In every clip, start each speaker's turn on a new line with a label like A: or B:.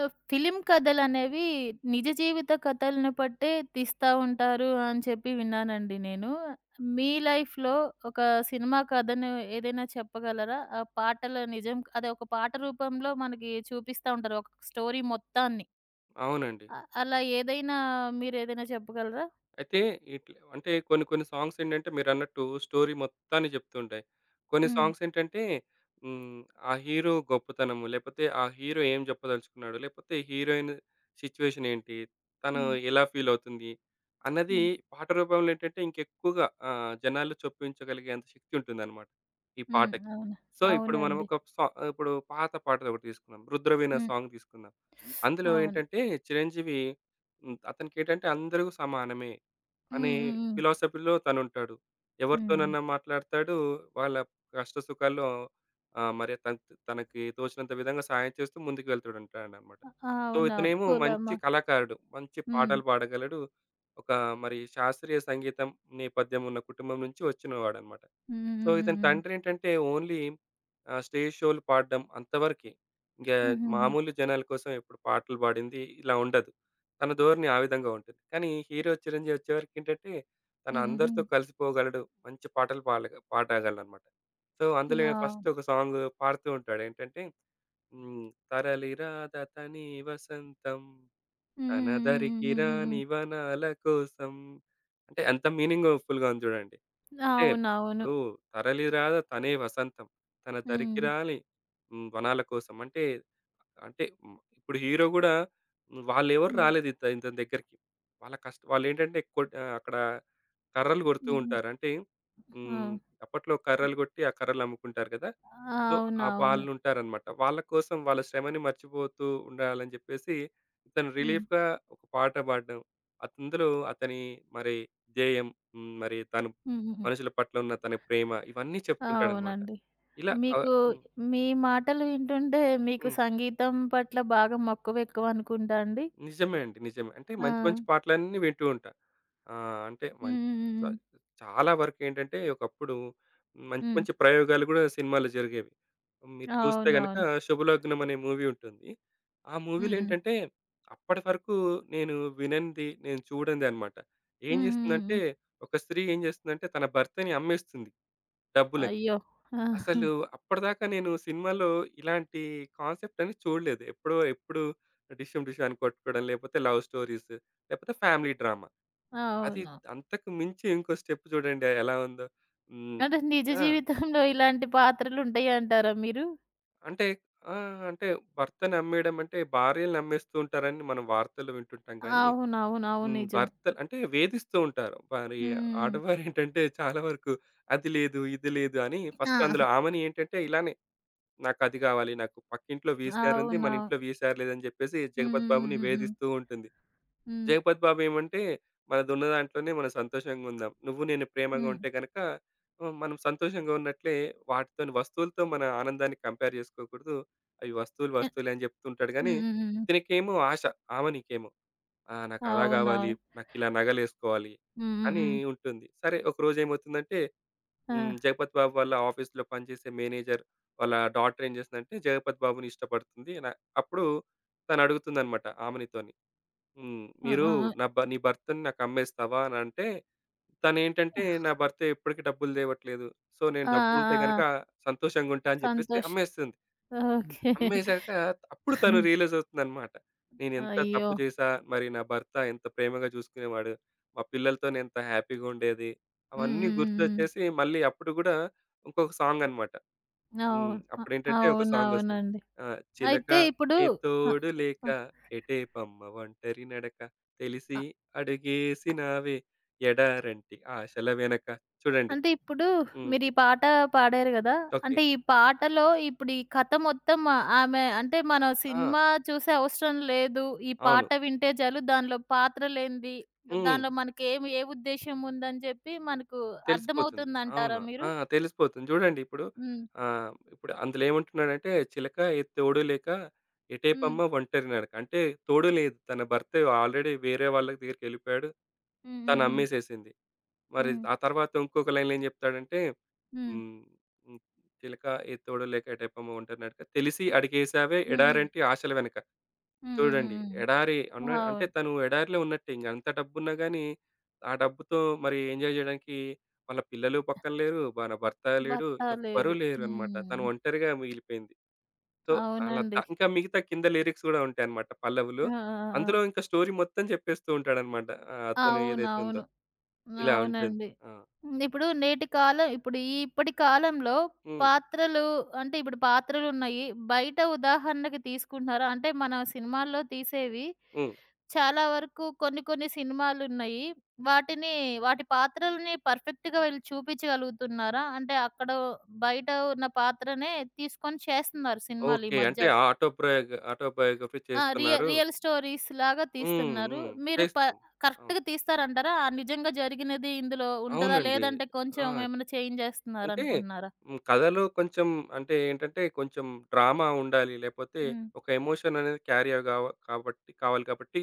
A: Film కథలనేవి నిజ జీవిత కథలను బట్టే తీస్తా ఉంటారు అని చెప్పి విన్నానండి నేను. మీ లైఫ్‌లో ఒక సినిమా కథను ఏదైనా చెప్పగలరా? ఆ పాటల నిజం అదే ఒక పాట రూపంలో మనకి చూపిస్తా ఉంటారు. ఒక స్టోరీ మొత్తాన్ని.
B: అవునండి.
A: అలా మీరేదైనా చెప్పగలరా?
B: అయితే ఇట్లా అంటే కొన్ని కొన్ని సాంగ్స్ ఏంటంటే మీరన్నట్టు స్టోరీ మొత్తాన్ని చెప్తుంటాయి. కొన్ని
A: హ్మ్.
B: సాంగ్స్ ఏంటంటే హ్మ్, ఆ హీరో గొప్పతనము, లేపోతే ఆ హీరో ఏం చెప్పదలుచుకున్నాడు, లేపోతే హీరోయిన్ సిట్యుయేషన్ ఏంటి, తను
A: హ్మ్.
B: ఎలా ఫీల్ అవుతుంది అన్నది
A: హ్మ్.
B: పాట రూపంలో ఏంటంటే ఇంకెక్కువగా జనాలు చొప్పించగలిగేంత శక్తి ఉంటుందన్నమాట ఈ
A: హ్మ్.
B: పాటకి.
A: అవును.
B: సో, ఇప్పుడు మనం
A: అవునండి.
B: ఒక సా ఇప్పుడు పాత పాటది ఒకటి తీసుకుందాం. 'రుద్రవీణ'
A: హ్మ్.
B: సాంగ్ తీసుకుందాం. అందులో
A: అవును.
B: ఏంటంటే చిరంజీవి, అతనికేంటంటే అందరూ సమానమే అనే
A: హ్మ్. హ్మ్. హ్మ్.
B: ఫిలాసఫీలో తనుంటాడు.
A: హ్మ్.
B: ఎవరితోనన్నా మాట్లాడతాడు. వాళ్ళ కష్ట సుఖాల్లో మరి తన్ తనకి తోచినంత విధంగా సాయం చేస్తూ ముందుకు వెళ్తూంటాడనమాట. సో,
A: అవునవును.
B: ఇతనేమో మంచి కళాకారుడు. మంచి
A: హ్మ్.
B: పాటలు పాడగలడు. ఒక మరి శాస్త్రీయ సంగీతం నేపథ్యం ఉన్న కుటుంబం నుంచి వచ్చినవాడనమాట.
A: హ్మ్. హ్మ్.
B: సో,
A: హ్మ్.
B: ఇతని
A: హ్మ్.
B: తండ్రేంటంటే ఓన్లీ స్టేజ్ షోలు పాడడం అంతవరకే. ఇంగా
A: హుహుహు.
B: మామూలు జనాల కోసం ఎప్పుడు పాటలు పాడింది ఇలా ఉండదు. తన ధోరణి ఆ విధంగా ఉంటుంది. కానీ హీరో చిరంజీవి వచ్చేవరకేంటంటే తను
A: హ్మ్. హ్మ్.
B: అందరితో
A: హ్మ్.
B: కలిసిపోగలడు. మంచి పాటలు పాడగలడనమాట. సో, అందులో
A: ఆ!
B: ఫస్ట్ ఒక సాంగ్ పాడుతూ ఉంటాడు. ఏంటంటే హ్మ్. తరలి రాధ తని వసంతం.
A: హ్మ్. హ్మ్. హ్మ్.
B: తనదరికి
A: హ్మ్. హ్మ్. హ్మ్.
B: రాని వనాల కోసం. అంటే ఎంత మీనింగ్‌ఫుల్‌గా ఉంది చూడండి. అంటే
A: అవునవును.
B: ఇప్పుడు తరలి రాద తనే వసంతం. తన దరికి
A: హ్మ్.
B: రాని వనాల కోసం అంటే, అంటే ఇప్పుడు హీరో గూడా వాళ్ళెవరు
A: హ్మ్.
B: రాలేదు ఇతని దగ్గరికి. వాళ్ళ కష్ట వాళ్ళేంటంటే కొట్ అక్కడ కర్రలు కొడుతూ
A: హుహు.
B: ఉంటారు. అంటే హ్మ్,
A: ఆ!
B: అప్పట్లో కర్రలు కొట్టి ఆ కర్రలు అమ్ముకుంటారు కదా! సో,
A: అవునవును.
B: వాళ్ళుంటారనమాట. వాళ్ళ కోసం వాళ్ళ శ్రమని మర్చిపోతూ ఉండాలని చెప్పేసి ఇతను
A: హ్మ్.
B: రిలీఫ్‌గా ఒక పాట పాడడం. అందులో అతని మరి ధ్యేయం, మరి తను
A: హుహుహు.
B: మనుషుల పట్ల ఉన్న తన ప్రేమ ఇవన్నీ చెప్తుంటాడన్నమాట.
A: అవునండి.
B: ఇలా ఆహ్,
A: మీకు
B: హ్మ్.
A: మీ మాటలు వింటుంటే మీకు
B: హ్మ్.
A: సంగీతం పట్ల బాగా మక్కువ ఎక్కువ అనుకుంటా అండి.
B: నిజమే అండి. నిజమే. అంటే
A: ఆ!
B: మంచి మంచి పాటలన్నీ వింటూ ఉంటా. అంటే
A: హ్మ్.
B: మంచి
A: హ్మ్.
B: చ
A: హ్మ్.
B: చాలా వరకేంటంటే ఒకప్పుడు మంచి
A: హ్మ్.
B: మంచి ప్రయోగాలు గూడా సినిమాలో జరిగేవి. మీరు చూస్తే గనక
A: అవునవును.
B: 'శుభలగ్నం' అనే మూవీ ఉంటుంది. ఆ మూవీలో
A: హ్మ్. హ్మ్.
B: ఏంటంటే అప్పటి వరకు నేను విననిది, నేను చూడనిది అన్నమాట. ఏం
A: హ్మ్. హ్మ్.
B: జేస్తుందంటే
A: హ్మ్.
B: ఒక స్త్రీ ఏం జేస్తుందంటే తన భర్తని అమ్మేస్తుంది డబ్బులకి.
A: అయ్యో!
B: అసలు అప్పటిదాకా నేను సినిమాలో ఇలాంటి కాన్సెప్ట్ అనేది చూడలేదు. ఎప్పుడో ఎప్పుడు డిషుమ్ డిషుమ్ అని కొట్టుకోవడం, లేకపోతే లవ్ స్టోరీస్, లేకపోతే ఫ్యామిలీ డ్రామా. అది
A: అవును.
B: అంతకు మించి ఇంకో స్టెప్ చూడండి ఎలా ఉందో. హ్మ్.
A: అంటే నిజ
B: ఆ!
A: జీవితంలో ఇలాంటి పాత్రలుంటాయంటారా మీరు?
B: అంటే ఆ! అంటే భర్తను నమ్మేయడం అంటే భార్యలు నమ్మేస్తూ ఉంటారని మనం వార్తల్లో వింటుంటాం గానీ,
A: అవునవును. అవును. నిజం.
B: భర్తలు అంటే వేధిస్తూ ఉంటారు. మరి
A: హ్మ్.
B: ఆడవారేంటంటే చాలా వరకు అది లేదు, ఇది లేదు అని ఫస్ట్ అందులో
A: ఆ!
B: ఆమెని ఏంటంటే ఇలానే నాకది గావాలి. నాకు పక్కింట్లో వీసీఆర్ ఉంది.
A: అవునవును.
B: మన ఇంట్లో వీసీఆర్ లేదని జెప్పేసి జగపతి
A: హ్మ్.
B: బాబుని
A: హ్మ్.
B: వేధిస్తూ ఉంటుంది.
A: హ్మ్.
B: జగపతి బాబు ఏమంటే మనదున్న దాంట్లోనే మనం సంతోషంగా ఉందాం. నువ్వు నేను ప్రేమగా
A: హ్మ్.
B: ఉంటే గనక మనం సంతోషంగా ఉన్నట్లే వాటితోని వస్తువులతో మన ఆనందాన్ని కంపేర్ జేసుకోకూడదు. అవి వస్తువులు
A: హ్మ్.
B: వస్తువులే అని జెప్తుంటాడు గానీ,
A: హ్మ్. హ్మ్. హ్మ్. హ్మ్. హ్మ్.
B: ఇతనికేమో ఆశ. ఆమెనికేమో, ఆ, నాకలా గావాలి,
A: అవునవును.
B: నాకిలా నగలేసుకోవాలి
A: హ్మ్. హ్మ్.
B: అని
A: హ్మ్.
B: ఉంటుంది. సరే ఒకరోజేమవుతుందంటే
A: ఆ!
B: 'జగపతి బాబు' వాళ్ళ ఆఫీస్‌లో పనిచేసే మేనేజర్ వాళ్ళ డాటర్ ఏం చేసిందంటే, 'జగపతి బాబు'ని ఇష్టపడుతుంది. అప్పుడు తను అడుగుతుందనమాట ఆమెనితోని.
A: ఆ!
B: "మీరు
A: ఆ!
B: నా భ నీ భర్తని నాకు అమ్మేస్తావా?" అని అంటే తనేంటంటే, "నా భర్త ఎప్పటికి డబ్బులు తేవట్లేదు. సో, నేను
A: ఆ! ఆ!
B: డబ్బులుంటే
A: ఆ! ఆ!
B: గనుక
A: ఆ!
B: సంతోషంగుంటా" అని చెప్పేసి
A: సంతోష్.
B: అమ్మేస్తుంది.
A: ఓకే.
B: అమ్మేసాక అప్పుడు తను రియలైజ్ అవుతుందన్నమాట. నేనెంత
A: అయ్యో!
B: తప్పు చేశా, మరి నా భర్త ఎంత ప్రేమగా చూసుకునేవాడు, మా పిల్లలతో నేనెంత హ్యాపీగా ఉండేది.
A: హ్మ్.
B: అవన్నీ
A: హ్మ్. హ్మ్. హ్మ్.
B: గుర్తొచ్చేసి మళ్ళీ అప్పుడు గూడా ఇంకొక సాంగ్ అనమాట.
A: అవును.
B: అప్పుడేంటంటే ఒక సాంగొస్తుంది.
A: అవునవునండి.
B: చిలక
A: అయితే ఇప్పుడు
B: ఏ
A: అ!
B: తోడు లేక
A: అ!
B: ఎటే పమ్మ ఒంటరి నడక తెలిసి అడుగేసినావే ఎడారంటి ఆశల వెనక. చూడండి.
A: అంటే ఇప్పుడు
B: హ్మ్.
A: మీరు ఈ పాట పాడారు గదా!
B: ఓకే.
A: అంటే ఈ పాటలో ఇప్పుడు ఈ కథ మొత్తం ఆమె అంటే మనం
B: ఆ!
A: సినిమా చూసే అవసరం లేదు. ఈ
B: అవును.
A: పాట వింటే చాలు దానిలో పాత్రలేంది,
B: హ్మ్.
A: దానిలో ఏ ఉద్దేశ్యం ఉందని జెప్పి మనకు
B: తెలిసిపోతుంది.
A: అర్థమవుతుందంటారా
B: అవును. ఆ!
A: మీరు?
B: తెలిసిపోతుంది. చూడండి ఇప్పుడు
A: హ్మ్.
B: ఇప్పుడు అందులో ఏమంటున్నాడంటే, చిలక ఏ తోడు లేక
A: హ్మ్.
B: ఎటేపమ్మ ఒంటరి నడక. అంటే తోడు లేదు. తన భర్త ఆల్రెడీ వేరే వాళ్ళ దగ్గరికెళ్ళిపోయాడు.
A: హ్మ్.
B: తను
A: హ్మ్.
B: అమ్మేసేసింది. మరి
A: హ్మ్.
B: ఆ తర్వాత ఇంకొక లైన్‌లో ఏం చెప్తాడంటే,
A: హ్మ్.
B: హ్మ్, హ్మ్, చిలక ఏ తోడు లేక ఎటేపమ్మ ఒంటరి నడక తెలిసి అడిగేశావే
A: హ్మ్. హ్మ్.
B: ఎడారంటి ఆశల వెనక.
A: హ్మ్. హ్మ్.
B: చూడండి.
A: హ్మ్.
B: ఎడారి అన్న అంటే
A: అవును.
B: తను ఎడారిలో ఉన్నట్టే ఇంక. అంత డబ్బున్నా గాని, ఆ డబ్బుతో మరి ఎంజాయ్ జేయడానికి వాళ్ళ పిల్లలు పక్కన లేరు. మన భర్త లేడు.
A: భర్త
B: ఎవ్వరూ
A: లేడు.
B: లేరనమాట.
A: హ్మ్.
B: తను ఒంటరిగా మిగిలిపోయింది. సో, అలా త
A: అవునండి.
B: ఇంకా మిగతా కింద లిరిక్స్ గూడా ఉంటాయనమాట పల్లవులు.
A: ఆ! ఆ! ఆ!
B: అందులో ఇంకా స్టోరీ మొత్తం చెప్పేస్తూ ఉంటాడనమాట. అతను ఏదైతే ఉందో.
A: అవునవును.
B: ఇలా ఉంటుంది.
A: అవునండి.
B: ఆ!
A: హ్మ్. ఇప్పుడు నేటి కాలం ఇప్పుడు ఈ ఇప్పటి కాలంలో
B: హ్మ్.
A: పాత్రలు అంటే ఇప్పుడు పాత్రలున్నాయి. బయట ఉదాహరణకి తీసుకుంటున్నారా? అంటే మన సినిమాల్లో తీసేవి
B: హ్మ్.
A: చాలా వరకు కొన్ని కొన్ని సినిమాలున్నాయి. వాటిని వాటి పాత్రలని పర్ఫెక్ట్‌గా వీళ్ళు చూపించగలుగుతున్నారా? అంటే అక్కడ బయట ఉన్న పాత్రనే తీసుకొని చేస్తున్నారు సినిమాలు ఈ
B: ఓకే.
A: మధ్య.
B: అంటే ఆటోబయోగ్రఫీ
A: ఆ!
B: చేస్తున్నారు.
A: రియల్ స్టోరీస్ లాగా
B: హ్మ్.
A: తీస్తున్నారు.
B: హ్మ్.
A: మీరు
B: చేస్తు అవును.
A: కరెక్ట్‌గా తీస్తారంటారా? ఆ నిజంగా జరిగినది ఇందులో ఉంటదా?
B: అవునండి.
A: లేదంటే కొంచెం
B: ఆ!
A: ఏమైనా చేంజ్
B: అంటే
A: చేస్తున్నారనుకుంటున్నారా?
B: కథలో కొంచెం అంటే ఏంటంటే కొంచెం డ్రామా ఉండాలి. లేపోతే
A: హ్మ్.
B: ఒక ఎమోషన్ అనేది క్యారీ అవ్ గావ కాబట్టి కావాలి కాబట్టి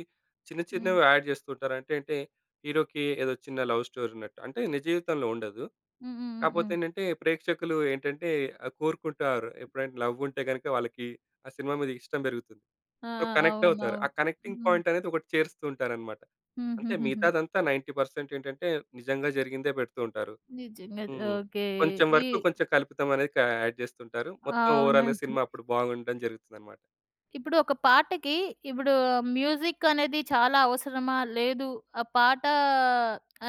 B: చిన్న
A: హ్మ్.
B: చిన్నవి యాడ్ చేస్తుంటారు. అంటే అంటే హీరోకి ఏదో చిన్న లవ్ స్టోరీ ఉన్నట్టు. అంటే నిజ జీవితంలో ఉండదు.
A: హ్మ్. హ్మ్. హ్మ్.
B: కాపోతే
A: హ్మ్.
B: ఏంటంటే ప్రేక్షకులు ఏంటంటే కోరుకుంటారు. ఎప్పుడైనా లవ్ ఉంటే గనక వాళ్ళకి ఆ సినిమా మీద ఇష్టం పెరుగుతుంది.
A: ఆ!
B: సో,
A: ఆ!
B: కనెక్ట్ అవుతారు. ఆ
A: అవునవును.
B: కనెక్టింగ్
A: హ్మ్.
B: పాయింట్ అనేది ఒకటి చేరుస్తూ ఉంటారనమాట. అంటే
A: హుహుహుహు.
B: మిగతాదంతా 90% ఏంటంటే నిజంగా జరిగిందే పెడుతూ ఉంటారు.
A: నిజంగా.
B: హ్మ్.
A: ఓకే.
B: కొంచెం
A: ఈ
B: వరకు కొంచెం కలుపుతాం అనేది యాడ్ జేస్తుంటారు. మొత్తం ఓవరాల్‌గా
A: అవునండి.
B: సినిమా అప్పుడు బాగుండడం జరుగుతుందన్నమాట.
A: ఇప్పుడు ఒక పాటకి ఇప్పుడు మ్యూజిక్ అనేది చాలా అవసరమా? లేదు. ఆ పాట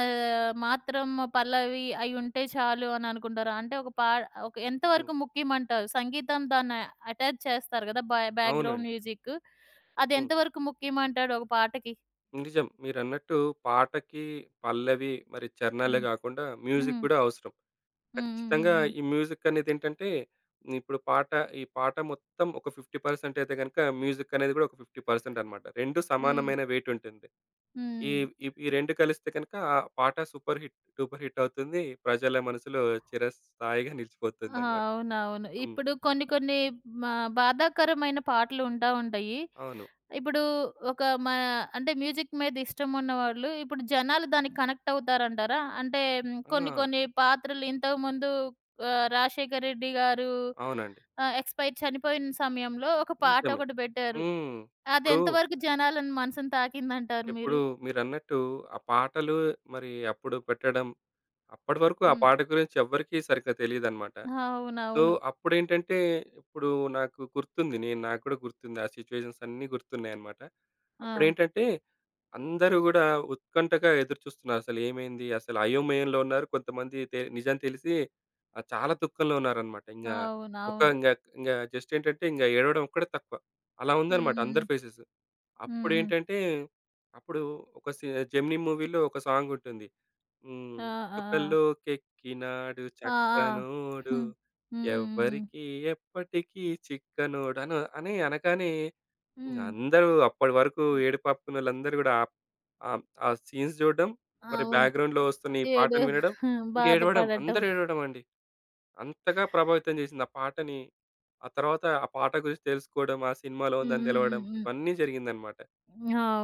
A: మాత్రం పల్లవి అయ్యుంటే చాలు అని అనుకుంటారా? అంటే ఒక
B: హ్మ్.
A: ఎంతవరకు ముఖ్యమంటారు? సంగీతం దాన్ని అటాచ్ చేస్తారు గదా! బ్యాక్‌గ్రౌండ్
B: అవునండి.
A: మ్యూజిక్. అది
B: హ్మ్.
A: ఎంతవరకు ముఖ్యమంటాడు ఒక పాటకి?
B: నిజం. మీరన్నట్టు పాటకి పల్లవి మరి చరణాలే
A: హ్మ్.
B: గాకుండా మ్యూజిక్
A: హ్మ్.
B: గూడా అవసరం.
A: హ్మ్. హ్మ్.
B: ఖచ్చితంగా
A: హ్మ్.
B: ఈ మ్యూజిక్ అనేదేంటంటే ఇప్పుడు పాట ఈ పాట మొత్తం ఒక 50% అయితే గనుక మ్యూజిక్ అనేది గూడా ఒక 50% అన్నమాట. 2
A: హ్మ్.
B: సమానమైన వెయిట్ ఉంటుంది. ఈ
A: హ్మ్.
B: ఈ ఈ 2 కలిస్తే గనుక ఆ పాట సూపర్ హిట్, సూపర్ హిట్ అవుతుంది. ప్రజల మనసులో చిరస్థాయిగా
A: ఆ!
B: నిలిచిపోతుందన్నమాట.
A: అవునవును.
B: హ్మ్.
A: ఇప్పుడు కొన్ని కొన్ని మా బాధాకరమైన పాటలు ఉంటాయి.
B: అవును.
A: ఇప్పుడు ఒక మా అంటే మ్యూజిక్ మీద ఇష్టం ఉన్నవాళ్ళు ఇప్పుడు జనాలు దానికి కనెక్ట్ అవుతారంటారా? అంటే
B: ఆ!
A: కొన్ని కొన్ని పాత్రలు ఇంతకుముందు 'రాజశేఖర్ రెడ్డి' గారు
B: అవునండి.
A: చనిపోయిన సమయంలో ఒక పాట
B: నిజమే.
A: ఒకటి పెట్టారు.
B: హ్మ్.
A: అది
B: ఇప్పుడు,
A: ఎంతవరకు జనాలను మనసుని తాకిందంటారు
B: ఇప్పుడు
A: మీరు?
B: మీరన్నట్టు ఆ పాటలు మరి అప్పుడు పెట్టడం, అప్పటి వరకు ఆ
A: హ్మ్.
B: పాట గురించి ఎవ్వరికీ సరిగ్గా తెలీదనమాట. సో,
A: అవునవును.
B: అప్పుడేంటంటే ఇప్పుడు నాకు గుర్తుంది. నాకు కూడా గుర్తుంది. ఆ సిట్యుయేషన్స్ అన్నీ గుర్తున్నాయనమాట.
A: ఆ!
B: అప్పుడేంటంటే అందరూ గూడా ఉత్కంఠగా ఎదురుచూస్తున్నారు. అసలు ఏమైంది? అసలు అయోమయంలో ఉన్నారు. కొంతమంది నిజం తెలిసి చాలా దుఃఖంలో ఉన్నారనమాట. ఒక
A: అవునవును.
B: ఇంగా ఇంగా జస్ట్ ఏంటంటే ఇంగా ఏడవడం ఒక్కటే తక్కువ. అలా
A: హ్మ్.
B: ఉందనమాట
A: హ్మ్.
B: అందరి ఫేసెస్.
A: హ్మ్. హ్మ్.
B: అప్పుడేంటంటే అప్పుడు ఒక సి 'జెమినీ' మూవీలో ఒక సాంగ్ ఉంటుంది. హ్మ్.
A: ఆ! ఆ!
B: చుక్కల్లోకెక్కినాడు
A: ఆ! ఆ! ఆ!
B: చక్కనోడు,
A: హ్మ్. హ్మ్. హ్మ్.
B: ఎవ్వరికీ ఎప్పటికీ చిక్కనోడు అని అనగానే ఇంగ
A: హ్మ్.
B: అందరూ అప్పటి వరకు
A: హ్మ్.
B: ఏడుపు ఆపుకున్నోళ్ళందరూ గూడా ఆ సీన్స్ జూడడం, మరి
A: అవును.
B: బ్యాక్‌గ్రౌండ్‌లో వస్తున్న ఈ
A: ఏడు
B: పాటను వినడం, ఇంక ఏడవడం.
A: బాధపడటం.
B: అందరూ ఏడవడం అండి. అంతగా ప్రభావితం జేసింది ఆ పాటని. ఆ తర్వాత ఆ పాట గురించి తెలుసుకోవడం, ఆ సినిమాలో
A: హ్మ్.
B: ఉందని
A: హ్మ్.
B: దెలవడం
A: హ్మ్.
B: ఇవన్నీ జరిగిందనమాట.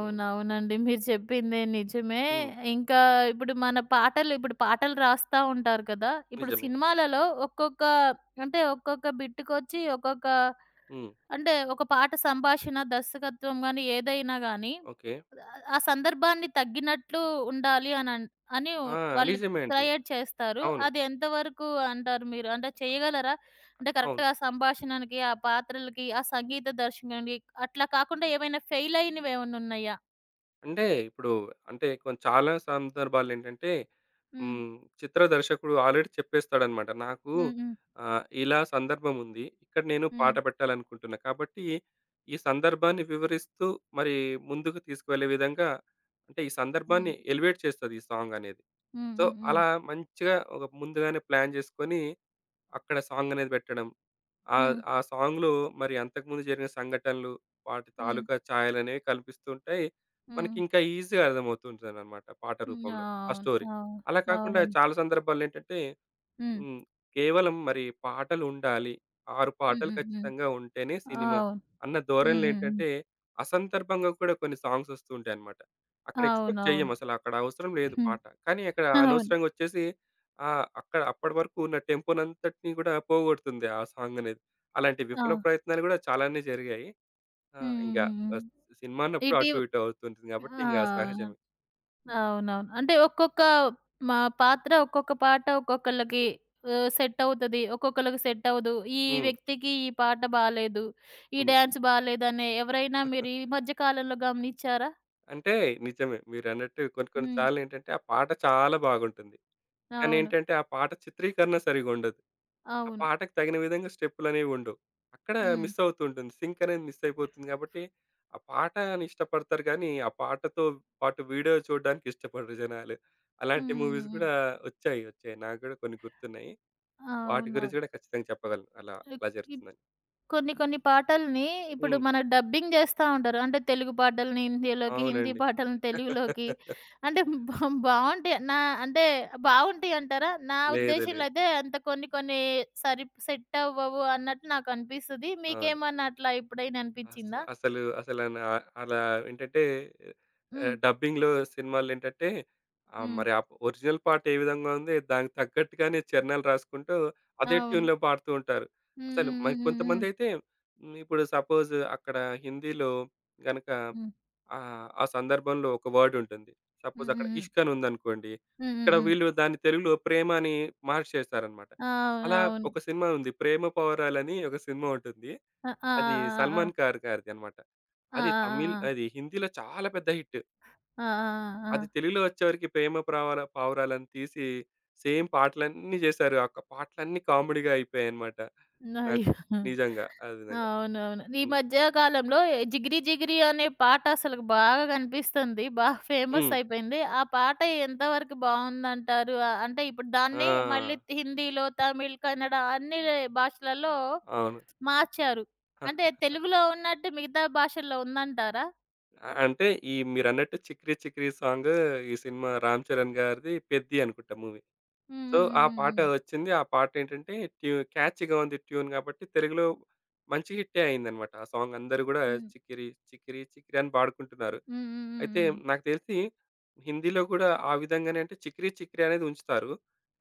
B: హ్మ్.
A: మీరు చెప్పిందే నిజమే.
B: హ్మ్.
A: ఇంకా ఇప్పుడు పాటలు రాస్తా ఉంటారు కదా! ఇప్పుడు
B: నిజమే.
A: సినిమాలలో ఒక్కొక్క అంటే ఒక్కొక్క బిట్‌కొచ్చి ఒక్కొక్క
B: హ్మ్.
A: అంటే ఒక పాట సంభాషణ, దర్శకత్వం గాని ఏదైనా గాని
B: ఓకే.
A: ఆ సందర్భాన్ని తగ్గినట్లు ఉండాలి అని
B: ఆ!
A: వాళ్ళు
B: నిజమే అండి.
A: క్రియేట్ చేస్తారు.
B: అవును.
A: అది ఎంతవరకు అంటారు మీరు? అంటే చేయగలరా? అంటే
B: అవును.
A: కరెక్ట్‌గా ఆ సంభాషణకి, ఆ పాత్రలకి, ఆ సంగీత దర్శకునికి అట్లా కాకుండా ఏమైనా ఫెయిల్ అయినవేమన్నా ఉన్నాయా?
B: అంటే ఇప్పుడు అంటే చాలా సందర్భాలేంటంటే
A: హ్మ్.
B: హ్మ్. చిత్ర దర్శకుడు ఆల్రెడీ చెప్పేస్తాడనమాట. నాకు
A: హ్మ్. హ్మ్.
B: ఇలా సందర్భం ఉంది. ఇక్కడ నేను పాట పెట్టాలనుకుంటున్నా. కాబట్టి ఈ సందర్భాన్ని వివరిస్తూ మరి ముందుకు తీసుకువెళ్ళే విధంగా, అంటే ఈ
A: హ్మ్.
B: సందర్భాన్ని ఎలివేట్ చేస్తది ఈ సాంగ్ అనేది.
A: హ్మ్. హ్మ్.
B: సో,
A: హ్మ్. హ్మ్.
B: అలా మంచిగా ఒక ముందుగానే ప్లాన్ జేసుకొని అక్కడ సాంగ్ అనేది పెట్టడం. ఆ!
A: హ్మ్.
B: ఆ సాంగ్‌లో మరి అంతకుముందు జరిగిన సంఘటనలు, వాటి
A: హ్మ్.
B: తాలూకా ఛాయలనేవి కనిపిస్తుంటాయి.
A: హ్మ్.
B: మనకింకా ఈజీగా అర్థమవుతుంటదనమాట పాట
A: హ్మ్.
B: రూపంలో ఆ
A: అవును.
B: స్టోరీ.
A: అవును.
B: అలా కాకుండా
A: అవునండి.
B: చాలా సందర్భాల్లో ఏంటంటే
A: హ్మ్.
B: హ్మ్. కేవలం మరి పాటలుండాలి. 6
A: హ్మ్.
B: పాటలు
A: హ్మ్. హ్మ్.
B: ఖచ్చితంగా ఉంటేనే సినిమా
A: అవును.
B: అన్న
A: హ్మ్. హ్మ్. హ్మ్.
B: ధోరణిలేంటంటే, అసందర్భంగా కూడా కొన్ని సాంగ్సొస్తూ ఉంటాయన్నమాట. అక్కడ ఎక్స్‌పెక్ట్ చెయ్యం
A: అవునవును.
B: అసలు. అక్కడ అవసరం లేదు
A: హ్మ్.
B: పాట. కానీ అక్కడ
A: అవును.
B: అనవసరంగా ఒచ్చేసి అక్కడ అప్పటి వరకు ఉన్న టెంపోనంతటిని గూడా పోగొడుతుంది ఆ సాంగనేది. అలాంటి
A: ఆ!
B: విఫల ప్రయత్నాలు గూడా చాలానే జరిగాయి. ఆ!
A: హ్మ్. హ్మ్.
B: ఇంక
A: హ్మ్. హ్మ్.
B: బస్ సినిమా అన్నప్పుడు
A: ఇటీవ
B: అటు ఇటు అవుతుంటుంది గాబట్టి
A: ఆ!
B: ఇంక సహజమే.
A: అవునవును. అంటే ఒక్కొక్క పాత్ర, ఒక్కొక్క పాట ఒక్కొక్కళ్ళకి సెట్ అవుతది. ఒక్కొక్కళ్ళకి సెట్ అవ్వదు. ఈ
B: హ్మ్.
A: వ్యక్తికి ఈ పాట బాలేదు. ఈ
B: హ్మ్.
A: డాన్స్ బాలేదనే ఎవరైనా మీరు ఈ మధ్య కాలంలో గమనిచ్చారా?
B: అంటే నిజమే మీరన్నట్టు కొన్ని కొన్ని
A: హ్మ్.
B: సార్లేంటంటే, ఆ పాట చాలా బాగుంటుంది. కానీ
A: అవును.
B: ఏంటంటే ఆ పాట చిత్రీకరణ సరిగుండదు. ఆ
A: అవును.
B: పాటకు తగిన విధంగా స్టెప్పులనేవి ఉండవు. అక్కడ
A: హ్మ్.
B: మిస్ అవుతుంటుంది. సింక్ అనేది మిస్ అయిపోతుంది కాబట్టి, ఆ పాటని ఇష్టపడతారు కానీ, ఆ పాటతో పాటు వీడియో చూడడానికి ఇష్టపడరు జనాలు. అలాంటి
A: హ్మ్.
B: మూవీస్
A: హ్మ్.
B: గూడా వచ్చాయి. వచ్చాయి. నాకు గూడా కొన్ని గుర్తున్నాయి. వాటి
A: అవునవును.
B: గురించి గూడా ఖచ్చితంగా చెప్పగలను. అలా అలా
A: ఇ
B: జరుగుతుందని.
A: కొన్ని కొన్ని పాటల్ని ఇప్పుడు
B: హ్మ్.
A: మన డబ్బింగ్ జేస్తా ఉంటారు. అంటే తెలుగు పాటల్ని హిందీలోకి, హిందీ
B: అవునండి.
A: పాటల్ని తెలుగులోకి అంటే బా బావుంటాయి. అంటే బావుంటాయి అంటారా? నా
B: లేదు.
A: ఉద్దేశంలో
B: లేదు.
A: అయితే అంత కొన్ని కొన్ని సెట్ అవ్వవు అన్నట్టు నాకనిపిస్తది.
B: అవును.
A: మీకేమన్నా అట్లా ఎప్పుడైనా
B: అస్
A: అనిపిచ్చిందా?
B: అసలు అలా ఏంటంటే
A: హ్మ్.
B: డబ్బింగ్‌లో సినిమాలేంటంటే ఆహ్,
A: హ్మ్.
B: మరి ఆ ఒరిజినల్ పాట ఏ విధంగా ఉంది దానికి తగ్గట్టుగానే చరణాలు రాసుకుంటూ అదే
A: అవును.
B: ట్యూన్‌లో పాడుతూ ఉంటారు.
A: హ్మ్.
B: అసలు మరి
A: హ్మ్. హ్మ్.
B: కొంతమందైతే ఇప్పుడు సపోజ్ అక్కడ హిందీలో గనక
A: హ్మ్.
B: ఆ సందర్భంలో ఒక వర్డ్ ఉంటుంది. సపోజ్
A: హ్మ్.
B: అక్కడ
A: హ్మ్. హ్మ్.
B: ఇష్క్ అని ఉందనుకోండి.
A: హ్మ్. హ్మ్. హ్మ్.
B: ఇక్కడ
A: హ్మ్.
B: వీళ్ళు దాన్ని తెలుగులో ప్రేమ అని మార్చేశారన్నమాట. అలా
A: అవునవును.
B: ఒక సినిమా ఉంది. 'ప్రేమ పావురాలు' అని ఒక సినిమా ఉంటుంది.
A: అ! ఆ!
B: అది
A: ఆ! ఆ!
B: 'సల్మాన్ ఖాన్' గారిది అన్నమాట.
A: ఆ! ఆ!
B: అది హిందీలో చాలా పెద్ద హిట్.
A: ఆ! ఆ! ఆ! ఆ! ఆ!
B: అది
A: ఆ!
B: తెలుగులో వచ్చేవరకి 'ప్రేమ పావురాలని' తీసి సేమ్ పాటలన్నీ చేశారు. ఆ ఒక్క పాటలన్నీ కామెడీగా అయిపోయాయన్నమాట.
A: ఆ!
B: నాకు
A: అయ్యో!
B: నిజంగా. ఆ విధంగా.
A: అవునవును. ఈ
B: హ్మ్.
A: మధ్య కాలంలో 'జిగిరి జిగిరి' అనే పాట అసలు బాగా కనిపిస్తుంది. బాగా ఫేమస్
B: హ్మ్.
A: అయిపోయింది. ఆ పాట ఎంతవరకు బావుందంటారు? అంటే ఇప్పుడు దాన్ని మళ్ళీ
B: ఆ!
A: హిందీలో, తమిళ్, కన్నడ అన్ని భాషలలో
B: అవును.
A: మార్చారు.
B: హ,
A: అంటే తెలుగులో ఉన్నట్టు మిగతా భాషల్లో ఉందంటారా?
B: అంటే ఈ మీరన్నట్టు 'చికిరి చికిరి' సాంగ్, ఈ సినిమా రామ్ చరణ్ గారిది 'పెద్ది' అనుకుంటా మూవీ.
A: హ్మ్.
B: సో, ఆ పాట
A: హ్మ్.
B: వచ్చింది. ఆ పాటేంటంటే క్యాచీగా ఉంది ట్యూన్ గాబట్టి తెలుగులో మంచి హిట్టే అయిందనమాట. ఆ సాంగ్ అందరూ గూడా
A: హ్మ్.
B: చిక్కిరి, చిక్కిరి, చిక్కిరి అని పాడుకుంటున్నారు.
A: హ్మ్. హ్మ్.
B: అయితే
A: హ్మ్.
B: నాకు తెలిసి హిందీలో గూడా ఆ విధంగానే అంటే చిక్కిరి, చిక్కిరి అనేది ఉంచుతారు.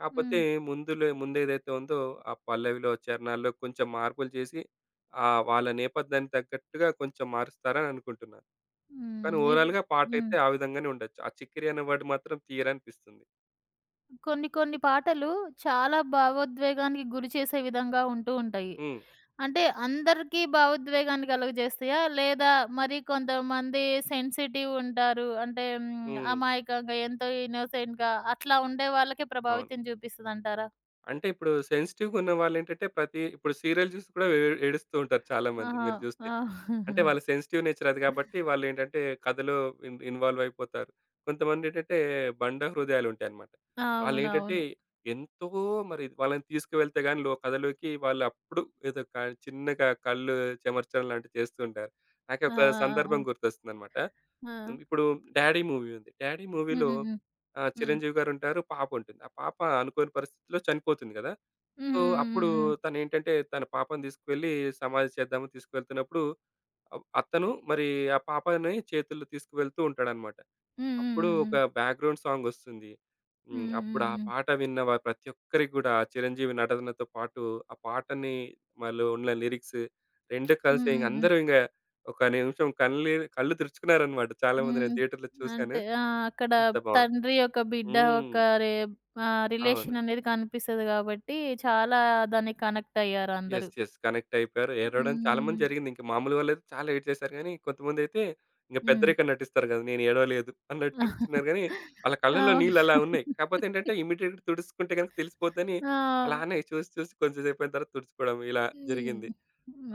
B: కాపోతే
A: హ్మ్. హ్మ్.
B: ముందేదైతే ఉందో ఆ పల్లవిలో, చరణాల్లో కొంచెం మార్పులు చేసి వాళ్ళ నేపథ్యానికి తగ్గట్టుగా కొంచెం మారుస్తారని అనుకుంటున్నాను. కానీ
A: హ్మ్.
B: ఓవరాల్‌గా పాటైతే
A: హ్మ్.
B: ఆ విధంగానే ఉండొచ్చు. ఆ చిక్కిరి అనే వర్డ్ మాత్రం తీయరనిపిస్తుంది.
A: కొన్ని కొన్ని పాటలు చాలా భావోద్వేగానికి గురి చేసే విధంగా ఉంటూ ఉంటాయి.
B: హ్మ్.
A: అంటే అందరికీ భావోద్వేగాన్ని కలుగజేస్తాయా? లేదా మరి కొంతమంది సెన్సిటివ్ ఉంటారు. అంటే
B: హ్మ్.
A: అమాయకంగా, ఎంతో ఇన్నోసెంట్‌గా అట్లా ఉండే వాళ్ళకే
B: అవును.
A: ప్రభావితం చూపిస్తదంటారా?
B: అంటే ఇప్పుడు సెన్సిటివ్‌గా ఉన్న వాళ్ళేంటంటే ప్రతి ఇప్పుడు సీరియల్ చూసి కూడా ఏడుస్తూ ఉంటారు చాలామంది
A: ఆహా!
B: మీరు చూస్తే.
A: ఆ!
B: అంటే వాళ్ళ సెన్సిటివ్ నేచర్ అది కాబట్టి వాళ్ళేంటంటే కథలో ఇన్వాల్వ్ అయిపోతారు. కొంతమందేంటంటే బండ హృదయాలుంటాయన్నమాట. వాళ్ళేంటంటే
A: అవునవును.
B: ఎంతో మరి వాళ్ళని తీసుకువెళ్తే గాని లో కథలోకి వాళ్ళు అప్పుడు ఏదో క చిన్నగా కళ్ళు చెమర్చడం లాంటివి చేస్తూ ఉంటారు. నాకు
A: ఆ!
B: ఒక
A: ఆ! ఆ!
B: సందర్భం గుర్తొస్తుందన్నమాట.
A: ఆ! ఆ!
B: ఇప్పుడు 'డాడీ' మూవీ ఉంది. 'డాడీ' మూవీలో
A: హ్మ్. హ్మ్.
B: చిరంజీవి గారుంటారు. పాపుంటుంది. ఆ పాప అనుకోని పరిస్థితిలో చనిపోతుంది కదా!
A: హ్మ్.
B: సో, అప్పుడు
A: హ్మ్. హ్మ్.
B: తనేంటంటే తన పాపను తీసుకువెళ్ళి సమాధి చేద్దాము తీసుకువెళ్తున్నప్పుడు అతను మరి ఆ పాపని చేతుల్లో తీసుకువెళ్తూ ఉంటాడనమాట.
A: హ్మ్.
B: అప్పుడు ఒక
A: హ్మ్.
B: బ్యాక్‌గ్రౌండ్ సాంగొస్తుంది.
A: హ్మ్.
B: హ్మ్.
A: హ్మ్.
B: అప్పుడు
A: హ్మ్.
B: ఆ
A: హ్మ్.
B: పాట విన్న ప్రతి ఒక్కరికి గూడా చిరంజీవి నటనతో పాటు ఆ పాటని ఉన్న లిరిక్స్ 2
A: హ్మ్.
B: కలిసి
A: హ్మ్. హ్మ్. హ్మ్.
B: ఇంగ
A: హ్మ్. హ్మ్. హ్మ్.
B: అందరూ ఇంగ ఒక నిమిషం కళ్ళు తుడుచుకున్నారనమాట. చాలా మంది నేను
A: హ్మ్.
B: థియేటర్‌లో చూసాను.
A: అంటే ఆ! అక్కడ
B: అంత బావుంది.
A: తండ్రి ఒక బిడ్డ
B: హ్మ్.
A: ఒక రే
B: అవును.
A: రిలేషన్ అనేది కనిపిస్తది గాబట్టి, చాలా దానికి కనెక్ట్ అయ్యారు అందరూ.
B: యెస్. యెస్. కనెక్ట్ అయిపోయారు. ఏడవడం చాలా
A: హ్మ్.
B: మంది జరిగింది. ఇంక మామూలు వాళ్ళైతే చాలా ఏడ్ చేశారు గానీ, కొంతమందైతే ఇంక
A: హ్మ్.
B: పెద్దరికం నటిస్తారు గదా! నేను ఏడవలేదు అన్నట్టు చూపిచ్చున్నారు గానీ, వాళ్ళ కళ్ళల్లో
A: అవును.
B: నీళ్ళు అలా ఉన్నాయి. కాపోతే ఏంటంటే ఇమ్మీడియేట్‌గా తుడుచుకుంటే గనుక తెలిసిపోద్దని,
A: ఆ!
B: అలానే చూసి చూసి కొంచెం సేపయిన తర్వాత తుడుచుకోవడం ఇలా
A: హ్మ్.
B: జరిగింది.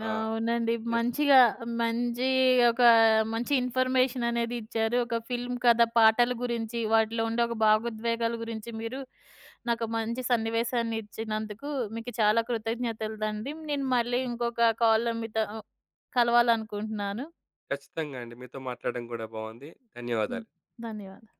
B: ఆ!
A: అవునండి.
B: యెస్.
A: మంచి ఒక మంచి ఇన్ఫర్మేషన్ అనేది ఇచ్చారు. ఒక ఫిల్మ్ కథ పాటల గురించి, వాటిలో ఉండే ఒక భావోద్వేగాల గురించి మీరు నాకు మంచి సన్నివేశాన్ని ఇచ్చినందుకు మీకు చాలా కృతజ్ఞతలండి. నేను మళ్ళీ ఇంకొక కాల్‌లో మీతో కలవాలనుకుంటున్నాను.
B: ఖచ్చితంగా అండి. మీతో మాట్లాడడం గూడా బావుంది.
A: హ్మ్.
B: ధన్యవాదాలు.
A: ధన్యవాదాలు.